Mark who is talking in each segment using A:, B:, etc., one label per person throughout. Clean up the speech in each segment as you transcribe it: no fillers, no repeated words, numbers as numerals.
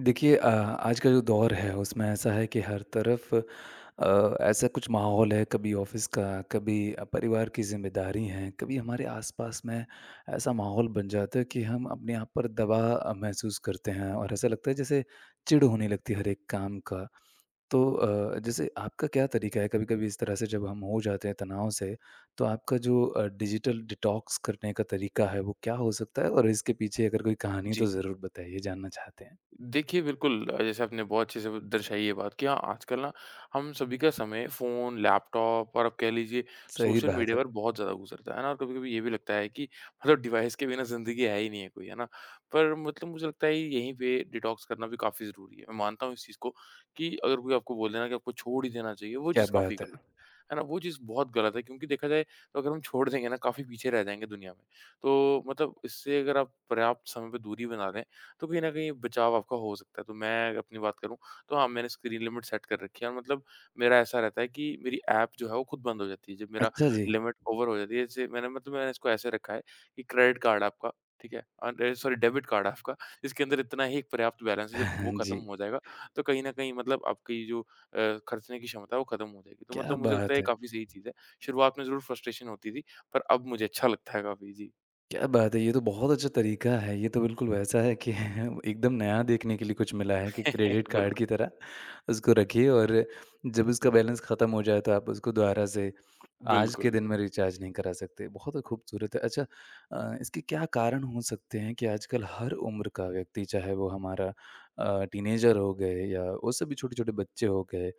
A: देखिए, आज का जो दौर है उसमें ऐसा है कि हर तरफ ऐसा कुछ माहौल है कभी ऑफिस का, कभी परिवार की जिम्मेदारी हैं, कभी हमारे आसपास में ऐसा माहौल बन जाता है कि हम अपने आप पर दबाव महसूस करते हैं और ऐसा लगता है जैसे चिढ़ होने लगती है हर एक काम का। तो जैसे आपका क्या तरीका है, कभी कभी इस तरह से जब हम हो जाते हैं तनाव से तो आपका जो डिजिटल डिटॉक्स करने का तरीका है वो क्या हो सकता है, और इसके पीछे अगर कोई कहानी
B: जी।
A: तो ज़रूर बताइए, जानना चाहते हैं।
B: देखिए, बिल्कुल जैसे आपने बहुत अच्छे से ब दर्शाई ये बात कि हाँ, आजकल ना हम सभी का समय फ़ोन, लैपटॉप और आप कह लीजिए
A: सही
B: सोशल
A: बात
B: मीडिया
A: है।
B: पर बहुत ज़्यादा गुज़रता है ना? और कभी-कभी ये भी लगता है कि मतलब डिवाइस के बिना ज़िंदगी है ही नहीं है कोई, है ना? पर मतलब मुझे लगता है यहीं पे डिटॉक्स करना भी काफ़ी ज़रूरी है। मैं मानता हूँ इस चीज़ को कि अगर कोई आपको बोल देना कि आपको छोड़ ही देना चाहिए, वो
A: क्या
B: चीज़ काफ़ी
A: बात है!
B: गलत है। है ना? वो चीज़ बहुत गलत है क्योंकि देखा जाए तो अगर हम छोड़ देंगे ना काफ़ी पीछे रह जाएँगे दुनिया में। तो मतलब इससे अगर आप पर्याप्त समय पे दूरी बना लें, तो कहीं न कहीं बचाव आपका हो सकता है। तो मैं अपनी बात करूँ तो हाँ, मैंने स्क्रीन लिमिट सेट कर रखी है और मतलब मेरा ऐसा रहता है कि मेरी ऐप जो है वो खुद बंद हो जाती है जब मेरा
A: अच्छा जी।
B: लिमिट ओवर हो जाती है। जैसे मैंने मतलब मैंने इसको ऐसे रखा है कि क्रेडिट कार्ड आपका ठीक है सॉरी डेबिट कार्ड आपका इसके अंदर इतना ही एक पर्याप्त बैलेंस है जब वो ख़त्म
A: जी,
B: हो जाएगा तो कहीं न कहीं मतलब आपकी जो खर्चने की क्षमता है वो ख़त्म हो जाएगी। तो
A: क्या
B: मतलब मुझे लगता है
A: बात
B: ये
A: है!
B: काफ़ी सही चीज़ है। शुरुआत में ज़रूर फ्रस्ट्रेशन होती थी पर अब मुझे अच्छा लगता है काफ़ी। जी।
A: क्या बात है! ये तो बहुत अच्छा तरीका है। ये तो बिल्कुल वैसा है कि एकदम नया देखने के लिए कुछ मिला है कि क्रेडिट
B: बिल्कुल,
A: कार्ड की तरह उसको रखिए और जब उसका बैलेंस ख़त्म हो जाए तो आप उसको दोबारा से आज के
B: बिल्कुल।
A: दिन में रिचार्ज नहीं करा सकते। बहुत खूबसूरत है। अच्छा, इसके क्या कारण हो सकते हैं कि आजकल हर उम्र का व्यक्ति, चाहे वो हमारा टीनेजर हो गए या उससे भी छोटे-छोटे बच्चे हो गए,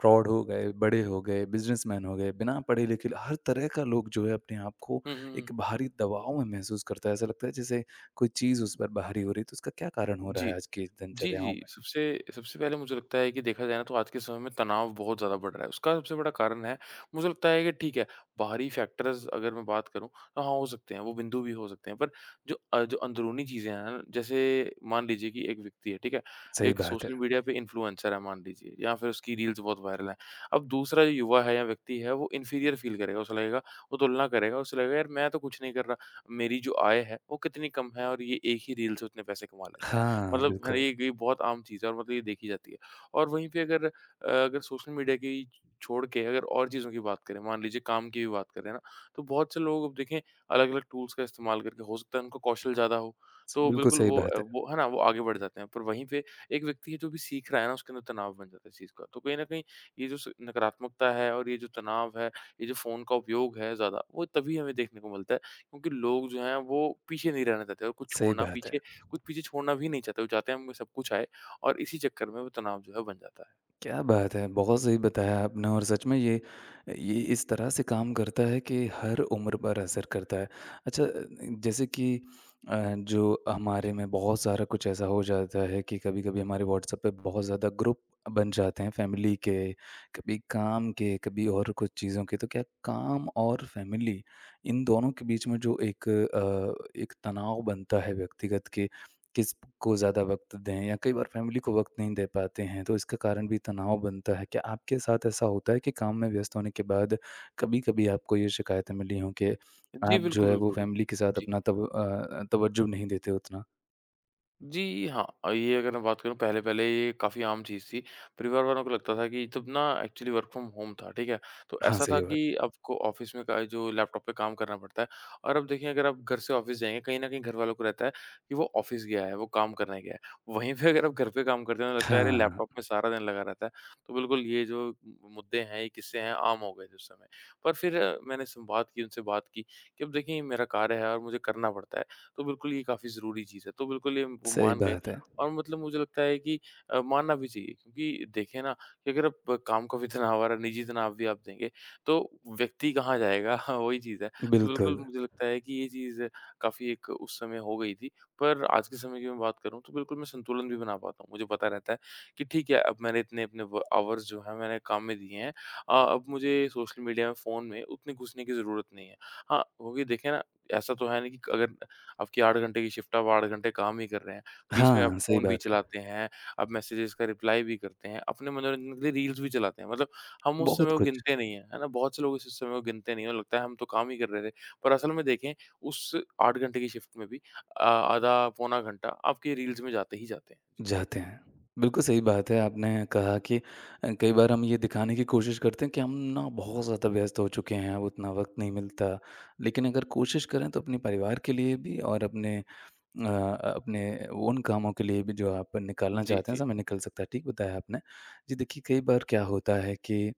A: प्रौढ़ हो गए, बड़े हो गए, बिज़नेसमैन हो गए, बिना पढ़े-लिखे हर तरह का लोग जो है अपने आप को
B: हुँ, हुँ, हुँ।
A: एक भारी दबाव में महसूस करता है। ऐसा लगता है जैसे कोई चीज़ उस पर भारी हो रही है, तो उसका क्या कारण हो रहा है
B: जी।
A: आज की
B: जी,
A: दिनचर्याओं
B: जी।
A: में?
B: सबसे सबसे पहले मुझे लगता है कि देखा जाए ना तो आज के समय में तनाव बहुत ज़्यादा बढ़ रहा है। उसका सबसे बड़ा कारण है मुझे लगता है कि ठीक है, बाहरी फैक्टर्स अगर मैं बात करूँ तो हाँ, हो सकते हैं, वो बिंदु भी हो सकते हैं। पर जो जो अंदरूनी चीज़ें हैं ना, जैसे मान लीजिए कि एक व्यक्ति है, ठीक है?
A: सही
B: एक
A: बात है।
B: सोशल मीडिया पे इन्फ्लुएंसर है मान लीजिए या फिर उसकी रील्स बहुत वायरल हैं। अब दूसरा जो युवा है या व्यक्ति है वो इन्फीरियर फ़ील करेगा, उसे लगेगा वो तुलना करेगा, उसे लगेगा यार मैं तो कुछ नहीं कर रहा, मेरी जो आय है वो कितनी कम है और ये एक ही रील से उतने पैसे कमा लेता है।
A: हाँ,
B: मतलब है ना,
A: बिल्कुल।
B: ये बहुत आम चीज़ है और मतलब ये देखी जाती है। और वहीं पे अगर अगर सोशल मीडिया की छोड़ के अगर और चीज़ों की बात करें, मान लीजिए काम की भी बात करें ना, तो बहुत से लोग अब देखें अलग-अलग टूल्स का इस्तेमाल करके हो सकता है उनको कौशल ज़्यादा हो, तो
A: बिल्कुल
B: बिल्कुल
A: सही
B: वो
A: बात है,
B: वो है ना, वो आगे बढ़ जाते हैं। पर वहीं पे एक व्यक्ति है जो भी सीख रहा है ना, उसके अंदर तनाव बन जाता है इस चीज़ का। तो कहीं न कहीं ये जो स नकारात्मकता है और ये जो तनाव है, ये जो फ़ोन का उपयोग है ज़्यादा, वो तभी हमें देखने को मिलता है क्योंकि लोग जो हैं वो पीछे नहीं रहना चाहते और कुछ
A: सही
B: छोड़ना
A: बात है।
B: पीछे कुछ पीछे छोड़ना भी नहीं चाहते, वो चाहते हैं हमें सब कुछ आए और इसी चक्कर में वो तनाव जो है बन जाता है।
A: क्या बात है! बहुत सही बताया आपने और सच में ये इस तरह से काम करता है कि हर उम्र पर असर करता है। अच्छा, जैसे कि जो हमारे
B: जी।
A: में बहुत सारा कुछ ऐसा हो जाता है कि कभी-कभी हमारे व्हाट्सएप पे बहुत ज़्यादा ग्रुप बन जाते हैं फैमिली के, कभी काम के, कभी और कुछ चीज़ों के। तो क्या काम और फैमिली इन दोनों के बीच में जो एक तनाव बनता है व्यक्तिगत के, किसको ज़्यादा वक़्त दें, या कई बार फैमिली को वक़्त नहीं दे पाते हैं, तो इसका कारण भी तनाव बनता है। क्या आपके साथ ऐसा होता है कि काम में व्यस्त होने के बाद कभी-कभी आपको ये शिकायतें मिली हों कि
B: जी,
A: आप जो
B: बिल्कुल,
A: है वो
B: बिल्कुल।
A: फैमिली के साथ
B: जी।
A: अपना तवज्जो नहीं देते उतना?
B: जी, हाँ। ये अगर मैं बात करूँ पहले-पहले ये काफ़ी आम चीज़ थी। परिवार वालों को लगता था कि तब ना एक्चुअली वर्क फ्रॉम होम था, ठीक है? तो
A: हाँ,
B: ऐसा था
A: सही बात।
B: कि आपको ऑफ़िस में का जो लैपटॉप पे काम करना पड़ता है और अब देखिए अगर आप घर से ऑफ़िस जाएँगे, कहीं न कहीं घर वालों को रहता है कि वो ऑफ़िस गया है, वो काम करने गया है। वहीं पे अगर आप घर पे काम करते हैं तो लगता है अरे!
A: हाँ,
B: लैपटॉप में सारा दिन लगा रहता है। तो बिल्कुल ये जो मु मुद्दे हैं, ये किस्से हैं, आम हो गए थे उस समय। पर फिर मैंने संवाद की, उनसे बात की कि अब देखिए ये मेरा कार्य है और मुझे करना पड़ता है। तो बिल्कुल ये काफ़ी ज़रूरी चीज़ है। तो बिल्कुल ये वो
A: सही
B: मान गए
A: बात है।
B: और मतलब मुझे लगता है कि मानना भी चाहिए क्योंकि देखिए ना कि अगर आप काम का भी तनाव और निजी तनाव भी आप देंगे, तो व्यक्ति कहाँ जाएगा? हाँ, वही चीज़ है। तो बिल्कुल
A: बिल्कुल।
B: मुझे लगता है कि ये चीज़ काफ़ी एक उस समय हो गई थी, पर आज के समय की मैं बात करूँ तो बिल्कुल मैं संतुलन भी बना पाता हूँ। मुझे पता रहता है कि ठीक है, अब मैंने इतने अपने व आवर्स जो हैं मैंने काम में दिए हैं। अब मुझे सोशल मीडिया में, फ़ोन में उतने घुसने की ज़रूरत नहीं है। हाँ, वो भी देखिए ना ऐसा तो है नहीं कि अगर आपकी 8 घंटे की शिफ्ट आप 8 घंटे काम ही कर रहे हैं। बीच में आप
A: हाँ, सही
B: फ़ोन भी
A: बात है।
B: चलाते हैं, आप मैसेजेज़ का रिप्लाई भी करते हैं, अपने मनोरंजन के लिए रील्स भी चलाते हैं। मतलब हम उस समय
A: बहुत
B: को
A: कुछ।
B: गिनते नहीं हैं, है ना? बहुत से लोग इस समय को गिनते नहीं हैं, उन्हें लगता है हम तो काम ही कर रहे थे। पर असल में देखें उस 8 घंटे की शिफ्ट में भी आधा पौना घंटा आपके रील्स में जाते ही जाते हैं। जी।
A: जाते हैं। बिल्कुल सही बात है, आपने कहा कि कई बार हम ये दिखाने की कोशिश करते हैं कि हम ना बहुत ज़्यादा व्यस्त हो चुके हैं, अब उतना वक़्त नहीं मिलता। लेकिन अगर कोशिश करें तो अपने परिवार के लिए भी और अ, अपने उन कामों के लिए भी जो आप निकालना
B: जी,
A: चाहते हैं,
B: जी।
A: समय निकल सकता है, ठीक बताया आपने। जी देखिए, कई बार क्या होता है कि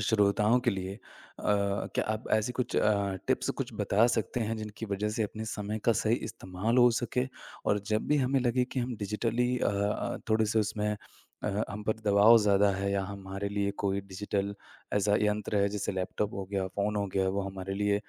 A: श्रोताओं के लिए क्या आप ऐसी कुछ टिप्स कुछ बता सकते हैं जिनकी वजह से अपने समय का सही इस्तेमाल हो सके? और जब भी हमें लगे कि हम डिजिटली थोड़े-से उसमें हम पर दबाव ज़्यादा है, या हमारे लिए कोई डिजिटल ऐसा यंत्र है जैसे लैपटॉप हो गया, फ़ोन हो गया, वो हमारे लिए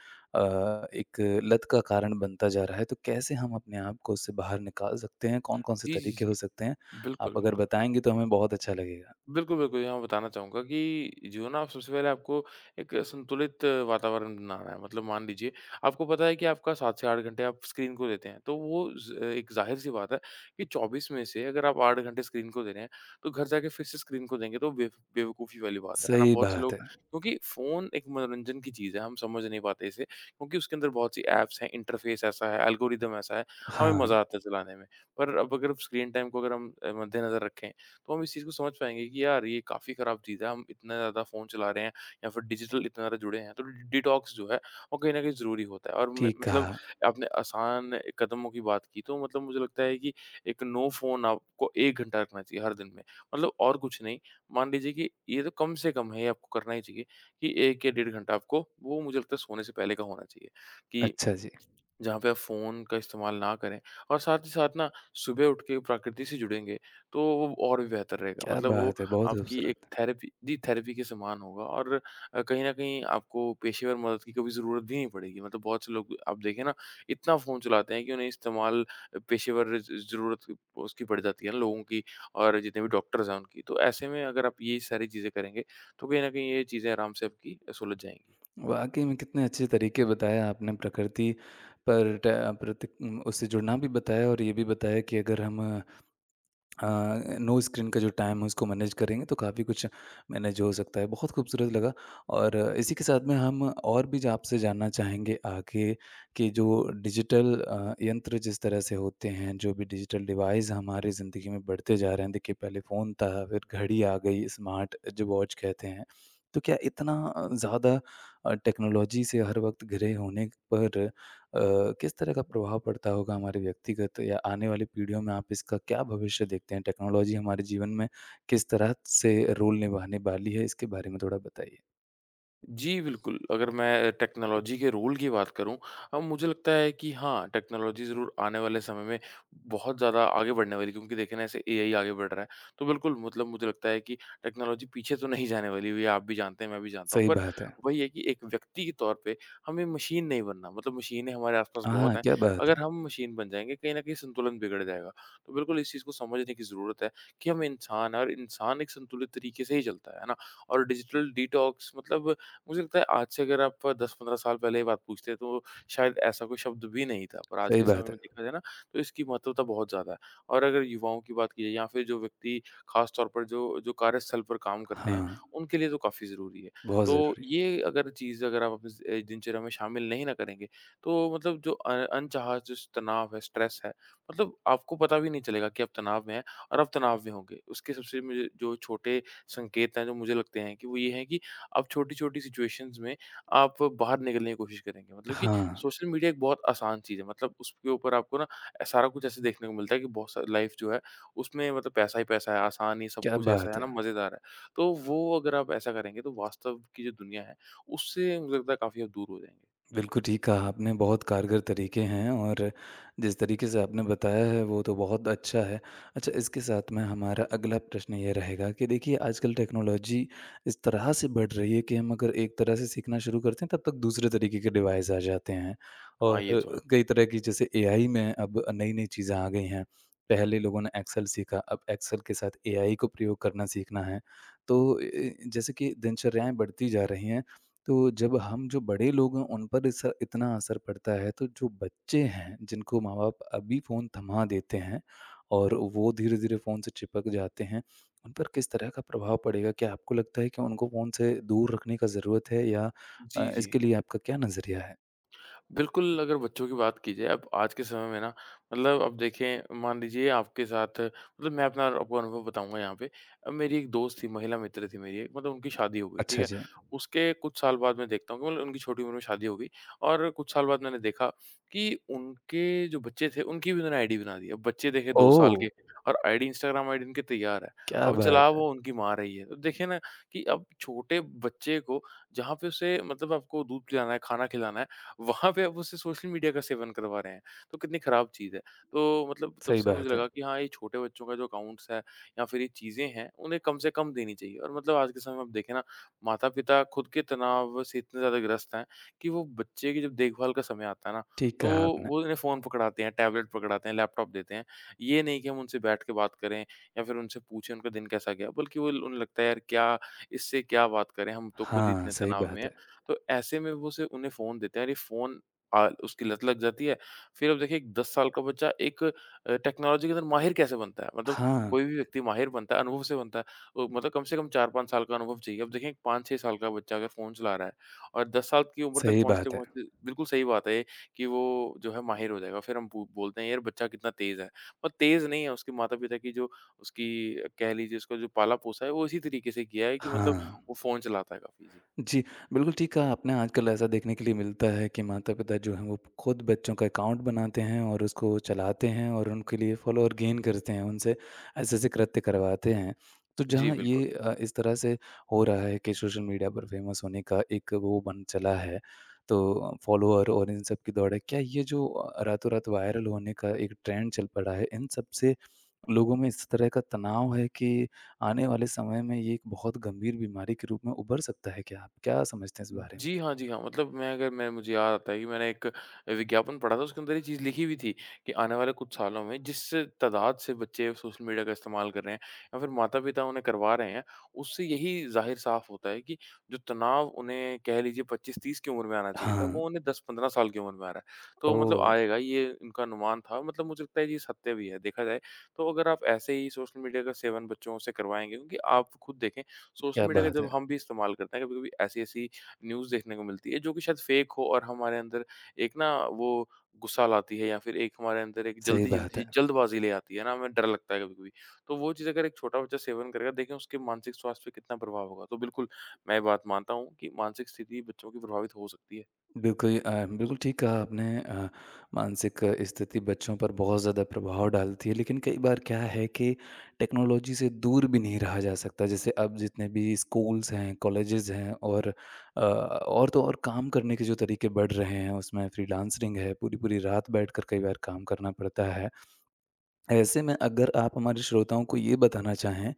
A: एक लत का कारण बनता जा रहा है, तो कैसे हम अपने आप को उससे बाहर निकाल सकते हैं? कौन-कौन से
B: जी, जी,
A: तरीके हो
B: जी।
A: सकते हैं?
B: बिल्कुल,
A: आप अगर
B: बिल्कुल।
A: बताएँगे तो हमें बहुत अच्छा लगेगा।
B: बिल्कुल, बिल्कुल। यहाँ मैं बताना चाहूँगा कि जो ना आप सबसे पहले आपको एक संतुलित वातावरण बनाना है। मतलब मान लीजिए आपको पता है कि आपका 7 से 8 घंटे आप स्क्रीन को देते हैं। तो वो ज़ एक ज़ाहिर-सी बात है कि 24 में से अगर आप 8 घंटे स्क्रीन को दे रहे हैं, तो घर जाके फिर से स्क्रीन को देंगे तो बेवकूफ़ी वाली बात है। है ना?
A: सही
B: बहुत से
A: बात
B: लोग
A: है।
B: क्योंकि फ़ोन एक मनोरंजन की चीज़ है, हम समझ नहीं पाते इसे क्योंकि उसके अंदर बहुत सी ऐप्स हैं, इंटरफ़ेस ऐसा है, एल्गोरिदम ऐसा है, हमें
A: हाँ।
B: मज़ा आता है चलाने में। पर अब अगर स्क्रीन टाइम को अगर हम मद्देनज़र रखें तो हम इस चीज़ को समझ पाएँगे कि यार ये काफ़ी ख़राब चीज़ है, हम इतना ज़्यादा फ़ोन चला रहे हैं या फिर डिजिटल इतना ज़्यादा जुड़े हैं, तो डि डिटॉक्स जो है वो कहीं न कहीं ज़रूरी होता है और म
A: ठीक
B: मतलब
A: कहा।
B: आपने आसान कदमों की बात की, तो मतलब मुझे लगता है कि एक नो फ़ोन आपको 1 घंटा रखना चाहिए हर दिन में। मतलब और कुछ नहीं, मान लीजिए कि ये तो कम से कम है, ये आपको करना ही चाहिए कि 1 या डेढ़ घंटा आपको वो मुझे लगता है सोने से पहले का होना चाहिए कि
A: अच्छा जी,
B: जहाँ पे आप फ़ोन का इस्तेमाल ना करें और साथ ही साथ ना सुबह उठ के प्रकृति से जुड़ेंगे, तो वो और भी बेहतर रहेगा।
A: क्या
B: मतलब वो
A: बात है! बहुत
B: आपकी एक
A: खूबसूरत।
B: थेरेपी जी, थेरेपी के समान होगा और कहीं न कहीं आपको पेशेवर मदद की कभी ज़रूरत भी नहीं पड़ेगी। मतलब बहुत से लोग आप देखें ना, इतना फ़ोन चलाते हैं कि उन्हें इस्तेमाल पेशेवर ज ज़रूरत उसकी पड़ जाती है ना लोगों की और जितने भी डॉक्टर्स हैं उनकी। तो ऐसे में अगर आप ये सारी चीज़ें करेंगे, तो कहीं न कहीं ये चीज़ें आराम से आपकी सुलझ जाएँगी।
A: वाक़ई में कितने अच्छे तरीके बताए आपने, प्रकृति पर ट प्रति उससे जुड़ना भी बताया, और ये भी बताया कि अगर हम, हाँ, नो स्क्रीन का जो टाइम है उसको मैनेज करेंगे तो काफ़ी कुछ मैनेज हो सकता है। बहुत खूबसूरत लगा, और इसी के साथ में हम और भी जा आपसे जानना चाहेंगे आगे कि जो डिजिटल यंत्र जिस तरह से होते हैं, जो भी डिजिटल डिवाइस हमारी ज़िंदगी में बढ़ते जा रहे हैं। देखिए, पहले फ़ोन था, फिर घड़ी आ गई, स्मार्ट जो वॉच कहते हैं। तो क्या इतना ज़्यादा टेक्नोलॉजी से हर वक़्त घिरे होने पर अ, किस तरह का प्रभाव पड़ता होगा हमारे व्यक्तिगत या आने वाली पीढ़ियों में, आप इसका क्या भविष्य देखते हैं? टेक्नोलॉजी हमारे जीवन में किस तरह से रोल निभाने वाली है, इसके बारे में थोड़ा बताइए?
B: जी, बिल्कुल। अगर मैं टेक्नोलॉजी के रोल की बात करूँ मुझे लगता है कि हाँ, टेक्नोलॉजी ज़रूर आने वाले समय में बहुत ज़्यादा आगे बढ़ने वाली है क्योंकि देखिए ना ऐसे एआई आगे बढ़ रहा है। तो बिल्कुल मतलब मुझे लगता है कि टेक्नोलॉजी पीछे तो नहीं जाने वाली, ये आप भी जानते हैं, मैं भी जानता हूँ।
A: सही
B: पर
A: बात है।
B: वही है कि एक व्यक्ति के तौर पे हमें मशीन नहीं बनना, मतलब मशीनें हमारे आस-पास बहुत
A: हाँ,
B: हैं।
A: क्या बात
B: अगर
A: है!
B: हम मशीन बन जाएँगे, कहीं न कहीं संतुलन बिगड़ जाएगा। तो बिल्कुल इस चीज़ को समझने की ज़रूरत है कि हम इंसान हैं और इंसान एक संतुलित तरीके से ही चलता है ना? और डिजिटल डिटॉक्स मतलब, मुझे लगता है आज से अगर आप 10-15 साल पहले ये बात पूछते, तो शायद ऐसा कोई शब्द भी नहीं था, पर आज
A: सही
B: के समय
A: बात है।
B: में देखा जाए ना, तो इसकी महत्वता बहुत ज़्यादा है। और अगर युवाओं की बात की जाए या फिर जो व्यक्ति खास तौर पर जो जो कार्यस्थल पर काम करते हैं,
A: हाँ,
B: उनके लिए तो काफ़ी ज़रूरी है।
A: बहुत
B: तो
A: ज़रूरी।
B: ये अगर चीज़ अगर आप अपनी दिनचर्या में शामिल नहीं ना करेंगे, तो मतलब जो अनचाहा जो तनाव है, स्ट्रेस है, मतलब आपको पता भी नहीं चलेगा कि आप तनाव में हैं और आप तनाव में होंगे। उसके सबसे मुझे जो छोटे संकेत हैं जो मुझे लगते हैं कि वो ये हैं कि आप छोटी-छोटी सिचुएशंस में आप बाहर निकलने की कोशिश करेंगे। मतलब कि
A: हाँ,
B: सोशल मीडिया एक बहुत आसान चीज़ है, मतलब उसके ऊपर आपको ना सारा कुछ ऐसे देखने को मिलता है कि बहुत सारी लाइफ जो है उसमें मतलब पैसा ही पैसा है, आसान ही सब
A: क्या
B: कुछ ऐसा
A: बात
B: है ना,
A: है!
B: मज़ेदार है। तो वो अगर आप ऐसा करेंगे, तो वास्तव की जो दुनिया है उससे मुझे लगता है काफ़ी आप दूर हो जाएँगे।
A: बिल्कुल ठीक कहा आपने, बहुत कारगर तरीके हैं और जिस तरीके से आपने बताया है वो तो बहुत अच्छा है। अच्छा, इसके साथ में हमारा अगला प्रश्न ये रहेगा कि देखिए आजकल टेक्नोलॉजी इस तरह से बढ़ रही है कि हम अगर एक तरह से सीखना शुरू करते हैं तब तक दूसरे तरीके के डिवाइस आ जाते हैं।
B: हाँ,
A: और
B: ये तो है।
A: कई तरह की, जैसे एआई में अब नई-नई चीज़ें आ गई हैं। पहले लोगों ने एक्सेल सीखा, अब एक्सेल के साथ एआई को प्रयोग करना सीखना है। तो ए ए, जैसे कि दिनचर्याएँ बढ़ती जा रही हैं। तो जब हम, जो बड़े लोग हैं, उन पर इस इतना असर पड़ता है, तो जो बच्चे हैं जिनको माँ-बाप अभी फ़ोन थमा देते हैं और वो धीरे-धीरे फ़ोन से चिपक जाते हैं, उन पर किस तरह का प्रभाव पड़ेगा? क्या आपको लगता है कि उनको फ़ोन से दूर रखने का ज़रूरत है, या
B: जी, जी।
A: इसके लिए आपका क्या नज़रिया है?
B: बिल्कुल, अगर बच्चों की बात की जाए अब आज के समय में ना, मतलब अब देखें, मान लीजिए आपके साथ, मतलब मैं अपना आपको अनुभव बताऊँगा यहाँ पे। मेरी एक दोस्त थी, महिला मित्र थी मेरी एक, मतलब उनकी शादी हो गई, ठीक
A: अच्छा
B: है?
A: जी।
B: उसके कुछ साल बाद मैं देखता हूँ कि मतलब उनकी छोटी उम्र में शादी हो गई और कुछ साल बाद मैंने देखा कि उनके जो बच्चे थे, उनकी भी उन्होंने आईडी बना दी। अब बच्चे देखें 2
A: ओह!
B: साल के, और आईडी, इंस्टाग्राम आईडी उनकी तैयार है।
A: क्या
B: अब
A: बात
B: चला
A: है!
B: वो उनकी माँ रही है। तो देखिए ना कि अब छोटे बच्चे को जहाँ पे उसे, मतलब आपको दूध पिलाना है, खाना खिलाना है, वहाँ पे आप उससे सोशल मीडिया का सेवन करवा रहे हैं, तो कितनी ख़राब चीज़ है। तो मतलब तब
A: सही
B: से मुझे
A: बात है।
B: लगा कि हाँ, ये छोटे बच्चों का जो अकाउंट्स है या फिर ये चीज़ें हैं, उन्हें कम से कम देनी चाहिए और मतलब आज के समय में आप देखें ना, माता-पिता खुद के तनाव से इतने ज़्यादा ग्रस्त हैं कि वो बच्चे की जब देखभाल का समय आता है ना,
A: ठीक
B: तो
A: कहा आपने।
B: वो इन्हें फ़ोन पकड़ाते हैं, टैबलेट पकड़ाते हैं, लैपटॉप देते हैं। ये नहीं कि हम उनसे बैठ के बात करें या फिर उनसे पूछें उनका दिन कैसा गया, बल्कि वो उन्हें लगता है, यार क्या इससे क्या बात करें, हम तो खुद ही
A: हाँ,
B: इतने
A: सही
B: तनाव में
A: बात
B: हैं।
A: है।
B: तो ऐसे में वो सिर्फ उन्हें फ़ोन देते हैं और ये फ़ोन उसकी लत लग जाती है। फिर आप देखिए 10 साल का बच्चा एक टेक्नोलॉजी के अंदर माहिर कैसे बनता है? मतलब
A: हाँ,
B: कोई भी व्यक्ति माहिर बनता है, अनुभव से बनता है। मतलब कम से कम 4-5 साल का अनुभव चाहिए। अब देखें 5-6 साल का बच्चा अगर फ़ोन चला रहा है और 10 साल की उम्र तक
A: सही बात है।
B: पहुँचते-पहुँचते बिल्कुल सही बात है ये कि वो जो है माहिर हो जाएगा। फिर हम बो बोलते हैं, यार बच्चा कितना तेज़ है। पर तेज़ नहीं है, उसके माता-पिता की जो उसकी कह लीजिए, उसका जो पाला-पोसा है वो इसी तरीके से किया है कि मतलब
A: हाँ।
B: वो फ़ोन चलाता है काफ़ी। जी।
A: जी, बिल्कुल ठीक कहा आपने, आजकल ऐसा देखने के लिए मिलता है कि माता-पिता जो हैं, वो खुद बच्चों का अकाउंट बनाते हैं और उसको चलाते हैं और उनके लिए फ़ॉलोअर गेन करते हैं, उनसे ऐसे-ऐसे कृत्य करवाते हैं। तो
B: जी,
A: जहाँ
B: बिल्कुल।
A: ये इस तरह से हो रहा है कि सोशल मीडिया पर फ़ेमस होने का एक वो बन चला है, तो फ़ॉलोअर और इन सब की दौड़ है। क्या ये जो रातों-रात वायरल होने का एक ट्रेंड चल पड़ा है, इन सबसे लोगों में इस तरह का तनाव है कि आने वाले समय में ये एक बहुत गंभीर बीमारी के रूप में उभर सकता है क्या? आप क्या समझते हैं इस बारे में?
B: जी हाँ, जी हाँ। मतलब मैं अगर मैं मुझे याद आता है कि मैंने एक विज्ञापन पढ़ा था, उसके अंदर ये चीज़ लिखी हुई थी कि आने वाले कुछ सालों में जिस तादाद से बच्चे सोशल मीडिया का इस्तेमाल कर रहे हैं या फिर माता-पिता उन्हें करवा रहे हैं, उससे यही ज़ाहिर साफ़ होता है कि जो तनाव उन्हें कह लीजिए 25-30 की उम्र में आना चाहिए था,
A: हाँ।
B: वो उन्हें 10-15 साल की उम्र में आ रहा है। तो मतलब
A: ओह!
B: आएगा ये इनका अनुमान था। मतलब मुझे लगता है ये सत्य भी है, देखा जाए तो अगर आप ऐसे ही सोशल मीडिया का सेवन बच्चों से करवाएँगे, क्योंकि आप खुद देखें, सोशल
A: क्या
B: मीडिया का
A: बात
B: जब
A: है।
B: हम भी इस्तेमाल करते हैं, कभी-कभी ऐसी-ऐसी न्यूज़ देखने को मिलती है जो कि शायद फेक हो और हमारे अंदर एक ना वो गुस्सा लाती है या फिर एक हमारे अंदर एक
A: सही बात
B: जल्दी-जल्दी
A: है।
B: जल्दबाज़ी ले आती है ना, हमें डर लगता है कभी-कभी। तो वो चीज़ अगर एक छोटा बच्चा सेवन करेगा, देखें उसके मानसिक स्वास्थ्य पे कितना प्रभाव होगा। तो बिल्कुल मैं ये बात मानता हूँ कि मानसिक स्थिति बच्चों की प्रभावित हो सकती है।
A: बिल्कुल ठीक कहा आपने, मानसिक स्थिति बच्चों पर बहुत ज़्यादा प्रभाव डालती है, लेकिन कई बार क्या है कि टेक्नोलॉजी से दूर भी नहीं रहा जा सकता, जैसे अब जितने भी स्कूल्स हैं, कॉलेजेस हैं, और तो और काम करने के जो तरीके बढ़ रहे हैं उसमें फ्रीलांसिंग है, पूरी पूरी रात बैठकर कई बार काम करना पड़ता है। ऐसे में अगर आप हमारे श्रोताओं को ये बताना चाहें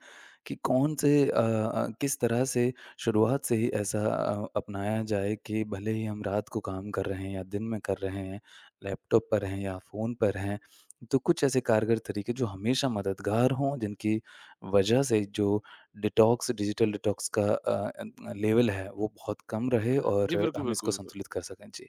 A: कि कौन से किस तरह से शुरुआत से ही ऐसा अपनाया जाए कि भले ही हम रात को काम कर रहे हैं या दिन में कर रहे हैं, लैपटॉप पर हैं या फ़ोन पर हैं, तो कुछ ऐसे कारगर तरीके जो हमेशा मददगार हों, जिनकी वजह से जो डिटॉक्स डिजिटल डिटॉक्स का लेवल है, वो बहुत कम रहे
B: जी,
A: और
B: बिल्कुल,
A: हम
B: बिल्कुल,
A: इसको
B: बिल्कुल।
A: संतुलित कर सकें? जी।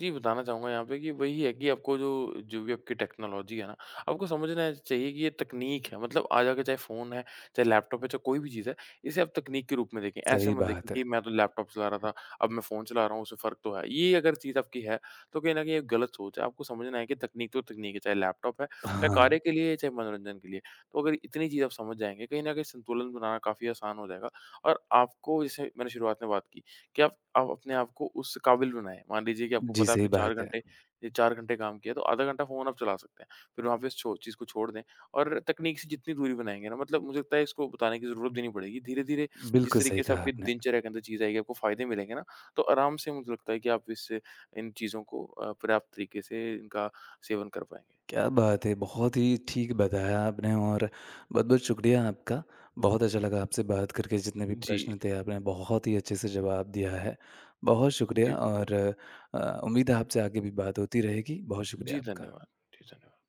B: जी, बताना चाहूँगा यहाँ पे कि वही है कि आपको जो जो भी आपकी टेक्नोलॉजी है ना, आपको समझना चाहिए कि ये तकनीक है। मतलब आज आके चाहे फ़ोन है, चाहे लैपटॉप है, चाहे कोई भी चीज़ है, इसे आप तकनीक के रूप में देखें। ऐसे
A: सही
B: मत देखें
A: बात है।
B: कि मैं तो लैपटॉप चला रहा था, अब मैं फ़ोन चला रहा हूँ, उससे फ़र्क तो है। ये अगर चीज़ आपकी है, तो कहीं न कहीं ये गलत सोच है। आपको समझना है कि तकनीक तो तकनीक है, चाहे लैपटॉप है, चाहे
A: हाँ,
B: कार्य के लिए, चाहे मनोरंजन के लिए। तो अगर इतनी चीज़ आप समझ जाएँगे, कहीं न कहीं संतुलन बनाना काफ़ी आसान हो जाएगा और आपको जैसे मैंने शुरुआत में बात की कि आप अपने आप को उस काबिल बनाएँ। मान लीजिए कि आपको
A: जी,
B: पता है
A: सही
B: आपने 4
A: बात है।
B: घंटे, ये 4 घंटे काम किया तो आधा घंटा फ़ोन आप चला सकते हैं। फिर वहाँ पे इस छो चीज़ को छोड़ दें और तकनीक से जितनी दूरी बनाएँगे ना, मतलब मुझे लगता है इसको बताने की ज़रूरत भी नहीं पड़ेगी। धीरे-धीरे जिस
A: बिल्कुल सही
B: तरीके से
A: कहा
B: आपकी
A: आपने।
B: दिनचर्या के अंदर चीज़ आएगी, आपको फ़ायदे मिलेंगे ना, तो आराम से मुझे लगता है कि आप इससे इन चीज़ों को पर्याप्त तरीके से इनका सेवन कर पाएँगे।
A: क्या बात है! बहुत ही ठीक बताया आपने, और बहुत-बहुत शुक्रिया आपका। बहुत अच्छा लगा आपसे बात करके, जितने भी
B: जी।
A: प्रश्न थे आपने बहुत ही अच्छे से जवाब दिया है। बहुत
B: जी,
A: शुक्रिया,
B: बिल्कुल।
A: और उम्मीद है आपसे आगे भी बात होती रहेगी। बहुत शुक्रिया
B: जी,
A: आपका।
B: धन्यवाद। जी, धन्यवाद।